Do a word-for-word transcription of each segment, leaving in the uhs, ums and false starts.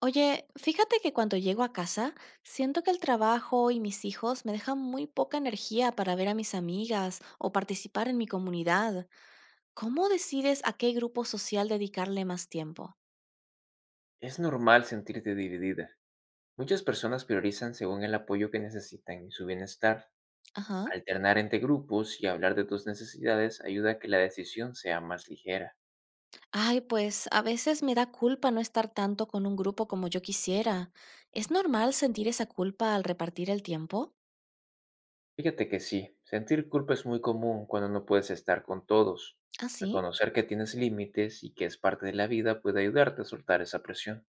Oye, fíjate que cuando llego a casa, siento que el trabajo y mis hijos me dejan muy poca energía para ver a mis amigas o participar en mi comunidad. ¿Cómo decides a qué grupo social dedicarle más tiempo? Es normal sentirte dividida. Muchas personas priorizan según el apoyo que necesitan y su bienestar. Ajá. Alternar entre grupos y hablar de tus necesidades ayuda a que la decisión sea más ligera. Ay, pues a veces me da culpa no estar tanto con un grupo como yo quisiera. ¿Es normal sentir esa culpa al repartir el tiempo? Fíjate que sí, sentir culpa es muy común cuando no puedes estar con todos. ¿Ah, sí? Reconocer que tienes límites y que es parte de la vida puede ayudarte a soltar esa presión.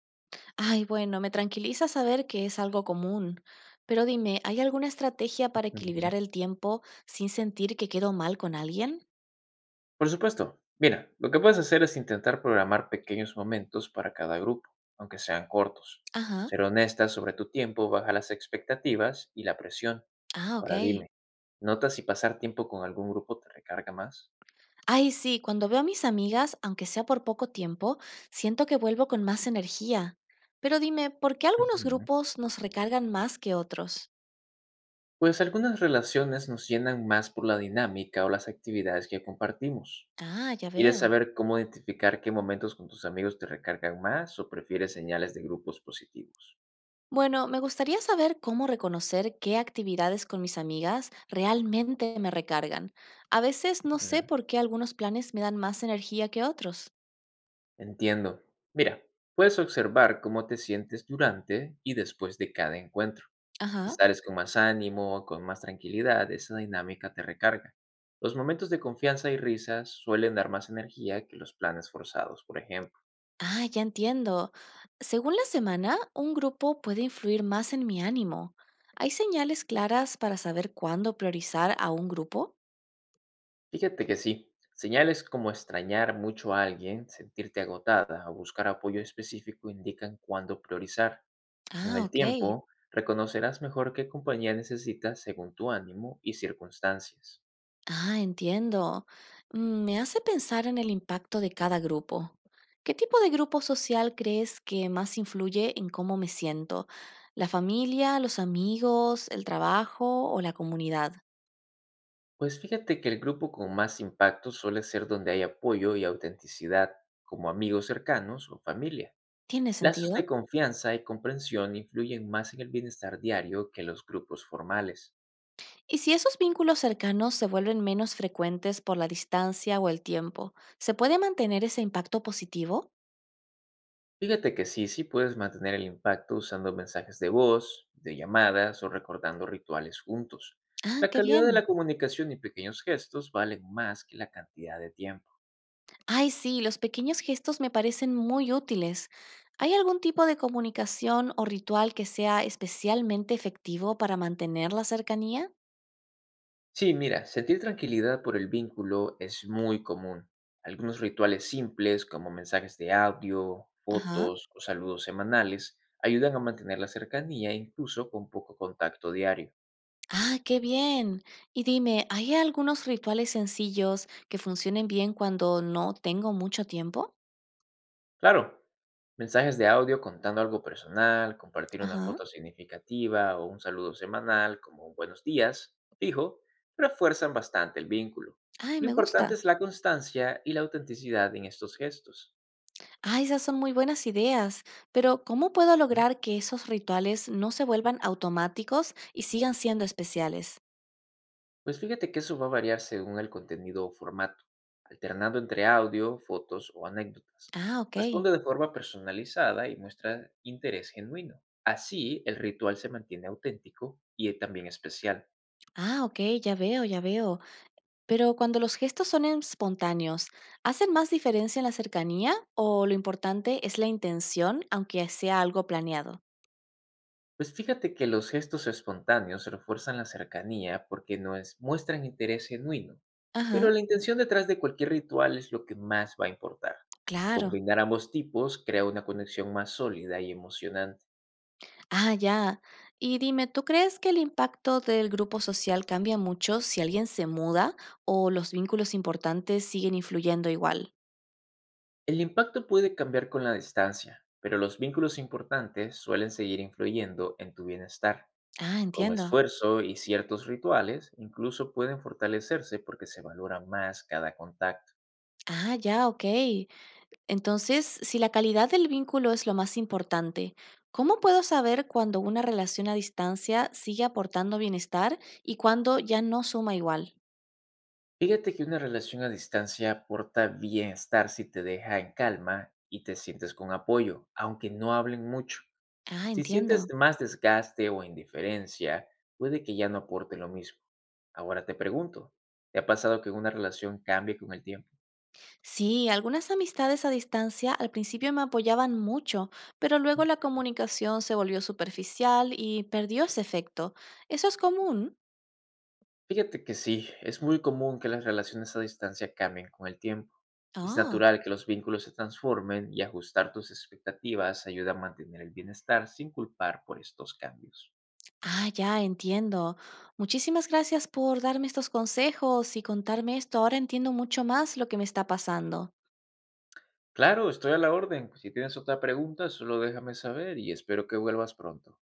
Ay, bueno, me tranquiliza saber que es algo común. Pero dime, ¿hay alguna estrategia para equilibrar Ujú. el tiempo sin sentir que quedo mal con alguien? Por supuesto. Mira, lo que puedes hacer es intentar programar pequeños momentos para cada grupo, aunque sean cortos. Ajá. Ser honesta sobre tu tiempo baja las expectativas y la presión. Ah, Ahora ok. dime, ¿notas si pasar tiempo con algún grupo te recarga más? Ay, sí, cuando veo a mis amigas, aunque sea por poco tiempo, siento que vuelvo con más energía. Pero dime, ¿por qué algunos Ujú. grupos nos recargan más que otros? Pues algunas relaciones nos llenan más por la dinámica o las actividades que compartimos. Ah, ya ¿Quieres veo. saber cómo identificar qué momentos con tus amigos te recargan más o prefieres señales de grupos positivos? Bueno, me gustaría saber cómo reconocer qué actividades con mis amigas realmente me recargan. A veces no sé por qué algunos planes me dan más energía que otros. Entiendo. Mira, puedes observar cómo te sientes durante y después de cada encuentro. Si Ajá. sales con más ánimo o con más tranquilidad, esa dinámica te recarga. Los momentos de confianza y risas suelen dar más energía que los planes forzados, por ejemplo. Ah, ya entiendo. Según la semana, un grupo puede influir más en mi ánimo. ¿Hay señales claras para saber cuándo priorizar a un grupo? Fíjate que sí, señales como extrañar mucho a alguien, sentirte agotada o buscar apoyo específico indican cuándo priorizar. Con Ah, el ok. tiempo, reconocerás mejor qué compañía necesitas según tu ánimo y circunstancias. Ah, entiendo. Mm, me hace pensar en el impacto de cada grupo. ¿Qué tipo de grupo social crees que más influye en cómo me siento? ¿La familia, los amigos, el trabajo o la comunidad? Pues fíjate que el grupo con más impacto suele ser donde hay apoyo y autenticidad, como amigos cercanos o familia. ¿Tiene Lazos de sentido? confianza y comprensión influyen más en el bienestar diario que los grupos formales. Y si esos vínculos cercanos se vuelven menos frecuentes por la distancia o el tiempo, ¿se puede mantener ese impacto positivo? Fíjate que sí, sí puedes mantener el impacto usando mensajes de voz, de llamadas o recordando rituales juntos. Ah, La qué calidad de bien. la comunicación y pequeños gestos valen más que la cantidad de tiempo. Ay, sí, los pequeños gestos me parecen muy útiles. ¿Hay algún tipo de comunicación o ritual que sea especialmente efectivo para mantener la cercanía? Sí, mira, sentir tranquilidad por el vínculo es muy común. Algunos rituales simples, como mensajes de audio, Ajá. fotos o saludos semanales, ayudan a mantener la cercanía incluso con poco contacto diario. Ah, qué bien. Y dime, ¿hay algunos rituales sencillos que funcionen bien cuando no tengo mucho tiempo? Claro, mensajes de audio contando algo personal, compartir una Ajá. foto significativa o un saludo semanal, como un buenos días, fijo, refuerzan bastante el vínculo. Ay, Lo me importante gusta. es la constancia y la autenticidad en estos gestos. Ah, esas son muy buenas ideas. Pero ¿cómo puedo Ujú. lograr que esos rituales no se vuelvan automáticos y sigan siendo especiales? Pues fíjate que eso va a variar según el contenido o formato, alternando entre audio, fotos o anécdotas. Ah, ok. Responde de forma personalizada y muestra interés genuino. Así, el ritual se mantiene auténtico y eh, también especial. Ah, ok, ya veo, ya veo. Pero cuando los gestos son espontáneos, ¿hacen más diferencia en la cercanía o lo importante es la intención, aunque sea algo planeado? Pues fíjate que los gestos espontáneos refuerzan la cercanía porque nos muestran interés genuino, Ajá, pero la intención detrás de cualquier ritual es lo que más va a importar. claro. Combinar ambos tipos crea una conexión más sólida y emocionante. Ah, ya. Y dime, ¿tú crees que el impacto del grupo social cambia mucho si alguien se muda o los vínculos importantes siguen influyendo igual? El impacto puede cambiar con la distancia, pero los vínculos importantes suelen seguir influyendo en tu bienestar. Ah, Con entiendo. esfuerzo y ciertos rituales, incluso pueden fortalecerse porque se valora más cada contacto. Ah, ya, ok. Entonces, si la calidad del vínculo es lo más importante, ¿cómo puedo saber cuando una relación a distancia sigue aportando bienestar y cuando ya no suma igual? Fíjate que una relación a distancia aporta bienestar si te deja en calma y te sientes con apoyo, aunque no hablen mucho. Ah, Si entiendo. sientes más desgaste o indiferencia, puede que ya no aporte lo mismo. Ahora te pregunto, ¿te ha pasado que una relación cambie con el tiempo? Sí, algunas amistades a distancia al principio me apoyaban mucho, pero luego la comunicación se volvió superficial y perdió ese efecto. ¿Eso es común? Fíjate que sí, es muy común que las relaciones a distancia cambien con el tiempo. Es Oh. natural que los vínculos se transformen y ajustar tus expectativas ayuda a mantener el bienestar sin culpar por estos cambios. Ah, ya entiendo. Muchísimas gracias por darme estos consejos y contarme esto. Ahora entiendo mucho más lo que me está pasando. Claro, estoy a la orden. Si tienes otra pregunta, solo déjame saber y espero que vuelvas pronto.